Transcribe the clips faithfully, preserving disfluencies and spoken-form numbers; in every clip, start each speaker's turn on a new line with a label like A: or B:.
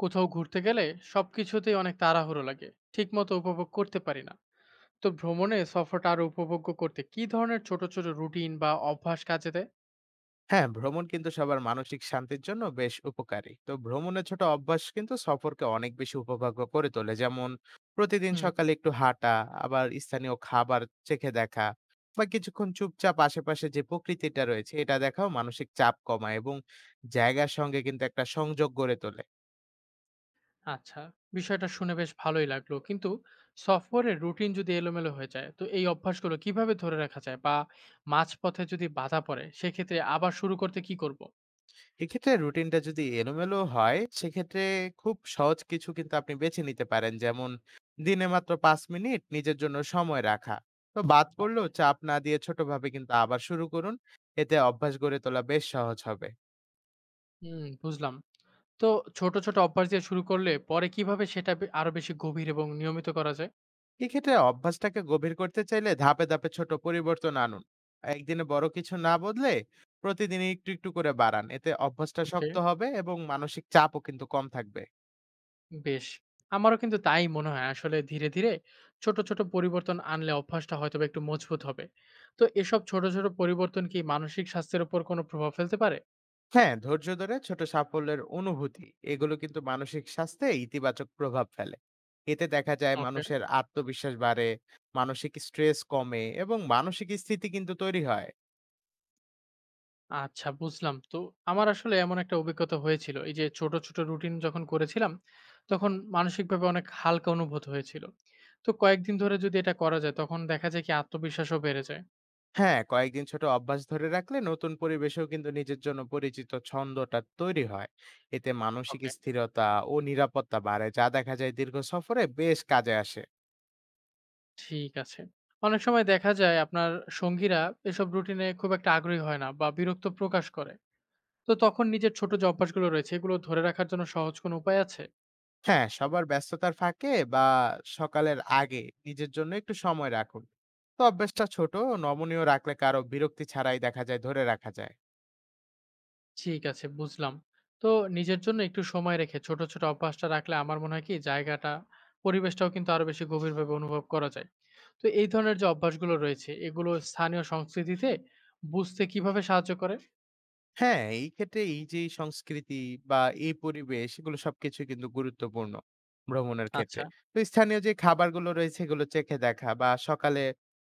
A: কোথাও ঘুরতে গেলে সবকিছুতেই অনেক তাড়াহুড়ো লাগে, ঠিকমতো উপভোগ করতে পারি না। তো ভ্রমণে সফরটা আরো উপভোগ্য করতে কি ধরনের ছোট ছোট রুটিন বা অভ্যাস কাজে দেয়?
B: হ্যাঁ, ভ্রমণ কিন্তু সবার মানসিক শান্তির জন্য বেশ উপকারী। তো ভ্রমণের ছোট অভ্যাস কিন্তু সফরকে অনেক বেশি উপভোগ্য করে তোলে, যেমন প্রতিদিন
A: হুম।
B: সকালে একটু হাঁটা, আবার স্থানীয় খাবার চেখে দেখা, বা কিছুক্ষণ চুপচাপ আশেপাশে যে প্রকৃতিটা রয়েছে এটা দেখাও মানসিক চাপ কমায় এবং জায়গার সঙ্গে কিন্তু একটা সংযোগ গড়ে তোলে।
A: আচ্ছা, বিষয়টা শুনে বেশ ভালোই লাগলো। কিন্তু সফরের রুটিন যদি এলোমেলো হয়ে যায় তো এই অভ্যাসগুলো কিভাবে ধরে রাখা যায়, বা মাঝপথে যদি বাধা পড়ে সেক্ষেত্রে আবার শুরু করতে কি করব?
B: এক্ষেত্রে রুটিনটা যদি এলোমেলো হয়, সেক্ষেত্রে খুব সহজ কিছু কিন্তু আপনি বেছে নিতে পারেন, যেমন দিনে মাত্র পাঁচ মিনিট নিজের জন্য সময় রাখা। তো বাদ
A: ওকে।
B: পড়লেও চাপ না দিয়ে ছোটভাবে কিন্তু আবার শুরু করুন। এতে অভ্যাস গড়ে তোলা বেশ সহজ হবে।
A: হুম, বুঝলাম। তো ছোট ছোট অভ্যাস দিয়ে শুরু করলে পরে কিভাবে সেটা বে- আরো বেশি গভীর এবং নিয়মিত করা যায়?
B: এক্ষেত্রে অভ্যাসটাকে গভীর করতে চাইলে ধাপে ধাপে ছোট পরিবর্তন আনুন। একদিনে বড় কিছু না বদলে প্রতিদিন একটু একটু করে বাড়ান, এতে অভ্যাসটা
A: ওকে।
B: শক্ত হবে এবং মানসিক চাপও কিন্তু কম থাকবে।
A: বেশ! আমারও কিন্তু তাই মনে হয়। আসলে ধীরে, ধীরে ছোট, ছোট পরিবর্তন আনলে অভ্যাসটা হয়তোবা একটু মজবুত হবে। তো এসব ছোট, ছোট পরিবর্তন কি মানসিক স্বাস্থ্যের উপর কোনো প্রভাব ফেলতে পারে?
B: হ্যাঁ, ধৈর্য ধরে ছোট সাফল্যের অনুভূতি, এগুলো কিন্তু মানসিক স্বাস্থ্যে ইতিবাচক প্রভাব ফেলে। এতে দেখা যায়
A: ওকে।
B: মানুষের আত্মবিশ্বাস বাড়ে, মানসিক স্ট্রেস কমে এবং মানসিক স্থিতি কিন্তু তৈরি হয়।
A: আচ্ছা, বুঝলাম। তো আমার আসলে এমন একটা অভিজ্ঞতা হয়েছিল। এই যে ছোট, ছোট রুটিন যখন করেছিলাম, তখন মানসিকভাবে অনেক হালকা অনুভূত হয়েছিল। তো কয়েকদিন ধরে যদি এটা করা যায় তখন দেখা যায় কি আত্মবিশ্বাসও বেড়ে যায়।
B: হ্যাঁ, কয়েকদিন ছোট অভ্যাস ধরে রাখলে নতুন পরিবেশেও কিন্তু নিজের জন্য পরিচিত ছন্দটা তৈরি হয়। এতে মানসিক
A: ওকে।
B: স্থিরতা ও নিরাপত্তা বাড়ে, যা দেখা যায় দীর্ঘ সফরে বেশ কাজে আসে।
A: ঠিক আছে। অনেক সময় দেখা যায় আপনার সঙ্গীরা এসব রুটিনে খুব একটা আগ্রহী হয় না বা বিরক্ত প্রকাশ করে। তো তখন নিজের ছোট যে অভ্যাসগুলো রয়েছে এগুলো ধরে রাখার জন্য সহজ কোনো উপায় আছে?
B: হ্যাঁ, সবার ব্যস্ততার ফাঁকে বা সকালের আগে নিজের জন্য একটু সময় রাখুন। তো অভ্যাসটা ছোট, ও নমনীয় রাখলে কারো বিরক্তি ছাড়াই দেখা যায় ধরে রাখা যায়।
A: ঠিক আছে, বুঝলাম। তো নিজের জন্য একটু সময় রেখে ছোট, ছোট অভ্যাসটা রাখলে আমার মনে হয় কি জায়গাটা, পরিবেশটাও কিন্তু আরো বেশি গভীরভাবে অনুভব করা যায়। তো এই ধরনের যে অভ্যাসগুলো রয়েছে এগুলো স্থানীয় সংস্কৃতিতে বুঝতে কিভাবে সাহায্য করে?
B: হ্যাঁ, এই ক্ষেত্রে এই যে এই সংস্কৃতি বা এই পরিবেশ, এগুলো সবকিছুই কিন্তু গুরুত্বপূর্ণ ভ্রমণের ক্ষেত্রে।
A: আচ্ছা।
B: তো স্থানীয় যে খাবারগুলো রয়েছে এগুলো চেখে দেখা, বা সকালে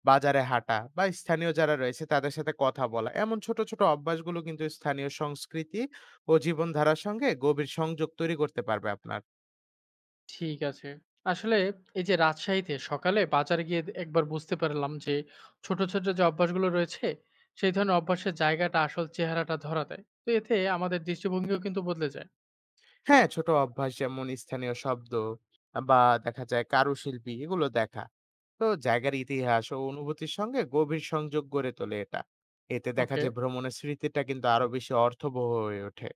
B: বাজারে হাঁটা, বা স্থানীয় যারা রয়েছে তাদের সাথে কথা বলা। এমন ছোট, ছোট অভ্যাসগুলো কিন্তু স্থানীয় সংস্কৃতি ও জীবনধারার সঙ্গে গভীর সংযোগ তৈরি করতে পারবে আপনার।
A: ঠিক আছে। আসলে এই যে রাজশাহীতে সকালে বাজারে গিয়ে একবার বুঝতে পারলাম যে ছোট, ছোট যে অভ্যাসগুলো রয়েছে সেই ধরনের অভ্যাসের জায়গাটা আসল চেহারাটা ধরা দেয়। তো এতে আমাদের দৃষ্টিভঙ্গিও কিন্তু বদলে যায়।
B: হ্যাঁ, ছোট অভ্যাস যেমন স্থানীয় শব্দ বা দেখা যায় কারুশিল্পী, এগুলো দেখা। তো জায়গার ইতিহাস ও অনুভূতির সঙ্গে গভীর সংযোগ গড়ে তোলে এটা। এতে দেখা
A: ওকে,
B: যায় ভ্রমণের স্মৃতিটা কিন্তু আরো বেশি অর্থবহ হয়ে ওঠে।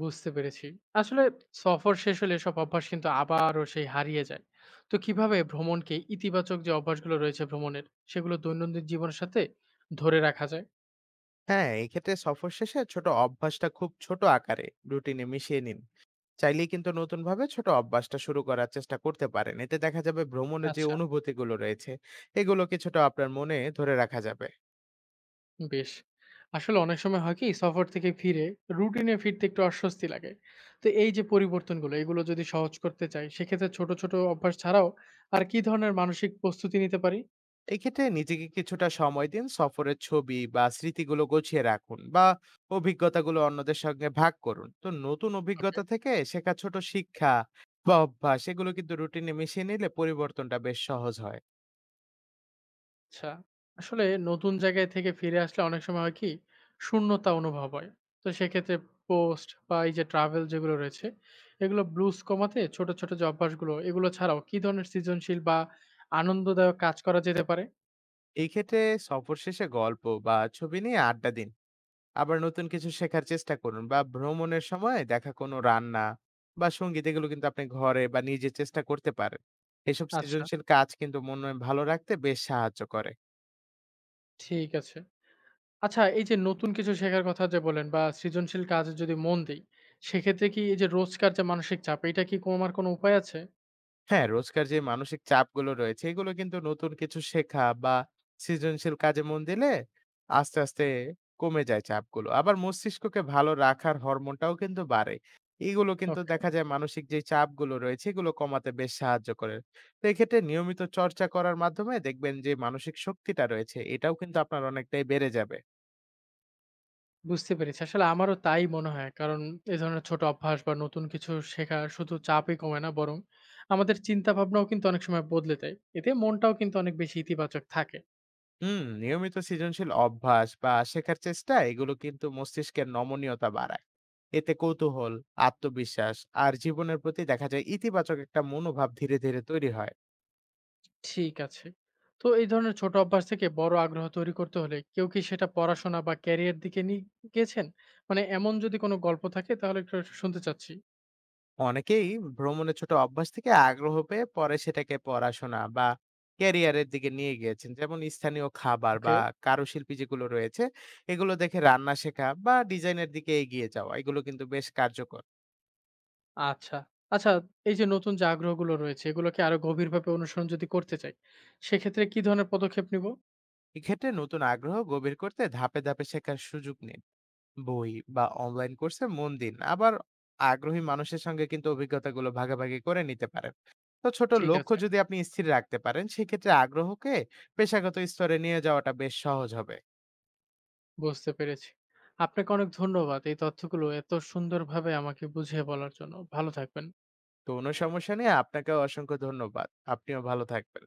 A: বুঝতে পেরেছি। আসলে সফর শেষ হলে এসব অভ্যাস কিন্তু আবারও সেই হারিয়ে যায়। তো কিভাবে ভ্রমণকে ইতিবাচক যে অভ্যাসগুলো রয়েছে ভ্রমণের সেগুলো দৈনন্দিন জীবনের সাথে ধরে রাখা যায়?
B: হ্যাঁ, এক্ষেত্রে সফর শেষে ছোট অভ্যাসটা খুব ছোট আকারে রুটিনে মিশিয়ে নিন। চাইলেই কিন্তু নতুনভাবে ছোট অভ্যাসটা শুরু করার চেষ্টা করতে পারেন। এতে দেখা যাবে ভ্রমণের যে
A: আচ্ছা।
B: অনুভূতিগুলো রয়েছে, এগুলো কিছুটা আপনার মনে ধরে রাখা যাবে।
A: বেশ। আসলে অনেক সময় হয় কি সফর থেকে ফিরে রুটিনে ফিরতে একটু অস্বস্তি লাগে। তো এই যে পরিবর্তনগুলো এগুলো যদি সহজ করতে চাই সেক্ষেত্রে ছোট, ছোট অভ্যাস ছাড়াও আর কি ধরনের মানসিক প্রস্তুতি নিতে পারি?
B: এক্ষেত্রে নিজেকে কিছুটা সময় দিন, সফরের ছবি বা স্মৃতিগুলো গুছিয়ে রাখুন, বা অভিজ্ঞতাগুলো অন্যদের সঙ্গে ভাগ করুন। তো নতুন
A: ওকে।
B: অভিজ্ঞতা থেকে শেখা ছোট শিক্ষা বা অভ্যাস, এগুলো কিন্তু রুটিনে মিশিয়ে নিলে পরিবর্তনটা বেশ সহজ হয়।
A: আচ্ছা, আসলে নতুন জায়গায় থেকে ফিরে আসলে অনেক সময় হয় কি শূন্যতা অনুভব হয়। তো সেক্ষেত্রে পোস্ট বা এই যে ট্রাভেল যেগুলো রয়েছে এগুলো ব্লুজ কমাতে ছোট, ছোট যে অভ্যাসগুলো এগুলো ছাড়াও কি ধরনের সৃজনশীল বা আনন্দদায়ক কাজ করা যেতে পারে?
B: এই ক্ষেত্রে সফর শেষে গল্প বা ছবি নিয়ে আড্ডা দিন, আবার নতুন কিছু শেখার চেষ্টা করুন, বা ভ্রমণের সময় দেখা কোনো রান্না বা সঙ্গীত, এগুলো কিন্তু আপনি ঘরে বা নিজে চেষ্টা করতে পারেন। এসব
A: আচ্ছা,
B: সৃজনশীল কাজ কিন্তু মনে ভালো রাখতে বেশ সাহায্য করে।
A: ঠিক আছে। আচ্ছা, এই যে নতুন কিছু শেখার কথা যে বললেন বা সৃজনশীল কাজে যদি মন দেই, সেক্ষেত্রে কি এই যে রোজকার যে মানসিক চাপ এটা কি কমার কোনো উপায় আছে?
B: হ্যাঁ, রোজকার যে মানসিক চাপগুলো রয়েছে, এগুলো কিন্তু নতুন কিছু শেখা বা সৃজনশীল কাজে মন দিলে আস্তে, আস্তে কমে যায় চাপগুলো। আবার মস্তিষ্ককে ভালো রাখার হরমোনটাও কিন্তু বাড়ে। এগুলো কিন্তু
A: ওকে,
B: দেখা যায় মানসিক যে চাপগুলো রয়েছে, এগুলো কমাতে বেশ সাহায্য করে। তো এক্ষেত্রে নিয়মিত চর্চা করার মাধ্যমে দেখবেন যে মানসিক শক্তিটা রয়েছে, এটাও কিন্তু আপনার অনেকটাই বেড়ে যাবে।
A: বুঝতে পেরেছি। আসলে আমারও তাই মনে হয়। কারণ এ ধরনের ছোট অভ্যাস বা নতুন কিছু শেখা শুধু চাপই কমায় না, বরং আমাদের চিন্তা ভাবনাও কিন্তু অনেক সময় বদলে দেয়। এতে মনটাও কিন্তু অনেক বেশি ইতিবাচক থাকে।
B: হুম নিয়মিত সৃজনশীল অভ্যাস বা শেখার চেষ্টা, এগুলো কিন্তু মস্তিষ্কের নমনীয়তা বাড়ায়। এতে কৌতূহল, আত্মবিশ্বাস, আর জীবনের প্রতি দেখা যায় ইতিবাচক একটা মনোভাব ধীরে ধীরে তৈরি হয়।
A: ঠিক আছে। তো এই ধরনের ছোট অভ্যাস থেকে বড় আগ্রহ তৈরি করতে হলে কেউ কি সেটা পড়াশোনা বা ক্যারিয়ার দিকে নিয়ে গেছেন? মানে এমন যদি কোনো গল্প থাকে তাহলে একটু শুনতে চাচ্ছি।
B: অনেকেই ভ্রমণের ছোট অভ্যাস থেকে আগ্রহ পেয়ে পরে সেটাকে পড়াশোনা বা ক্যারিয়ারের দিকে নিয়ে গিয়েছেন, যেমন স্থানীয় খাবার
A: ওকে,
B: বা কারুশিল্পী যেগুলো রয়েছে এগুলো দেখে রান্না শেখা বা ডিজাইনের দিকে এগিয়ে যাওয়া, এগুলো কিন্তু বেশ কার্যকর।
A: আচ্ছা। আচ্ছা, এই যে নতুন যে আগ্রহগুলো রয়েছে এগুলোকে আরো গভীরভাবে অনুসরণ যদি করতে চাই, সেক্ষেত্রে কি ধরনের পদক্ষেপ নিব?
B: এক্ষেত্রে নতুন আগ্রহ গভীর করতে ধাপে ধাপে শেখার সুযোগ নিন, বই বা অনলাইন কোর্সে মন দিন, আবার আগ্রহী মানুষের সঙ্গে কিন্তু অভিজ্ঞতাগুলো ভাগাভাগি করে নিতে পারেন। তো ছোট
A: ঠিক
B: লক্ষ্য
A: আছে,
B: যদি আপনি স্থির রাখতে পারেন, সেক্ষেত্রে আগ্রহকে পেশাগত স্তরে নিয়ে যাওয়াটা বেশ সহজ হবে।
A: বুঝতে পেরেছি। আপনাকে অনেক ধন্যবাদ এই তথ্যগুলো এত সুন্দরভাবে আমাকে বুঝিয়ে বলার জন্য। ভালো থাকবেন।
B: তো কোনো সমস্যা নেই, আপনাকেও অসংখ্য ধন্যবাদ। আপনিও ভালো থাকবেন।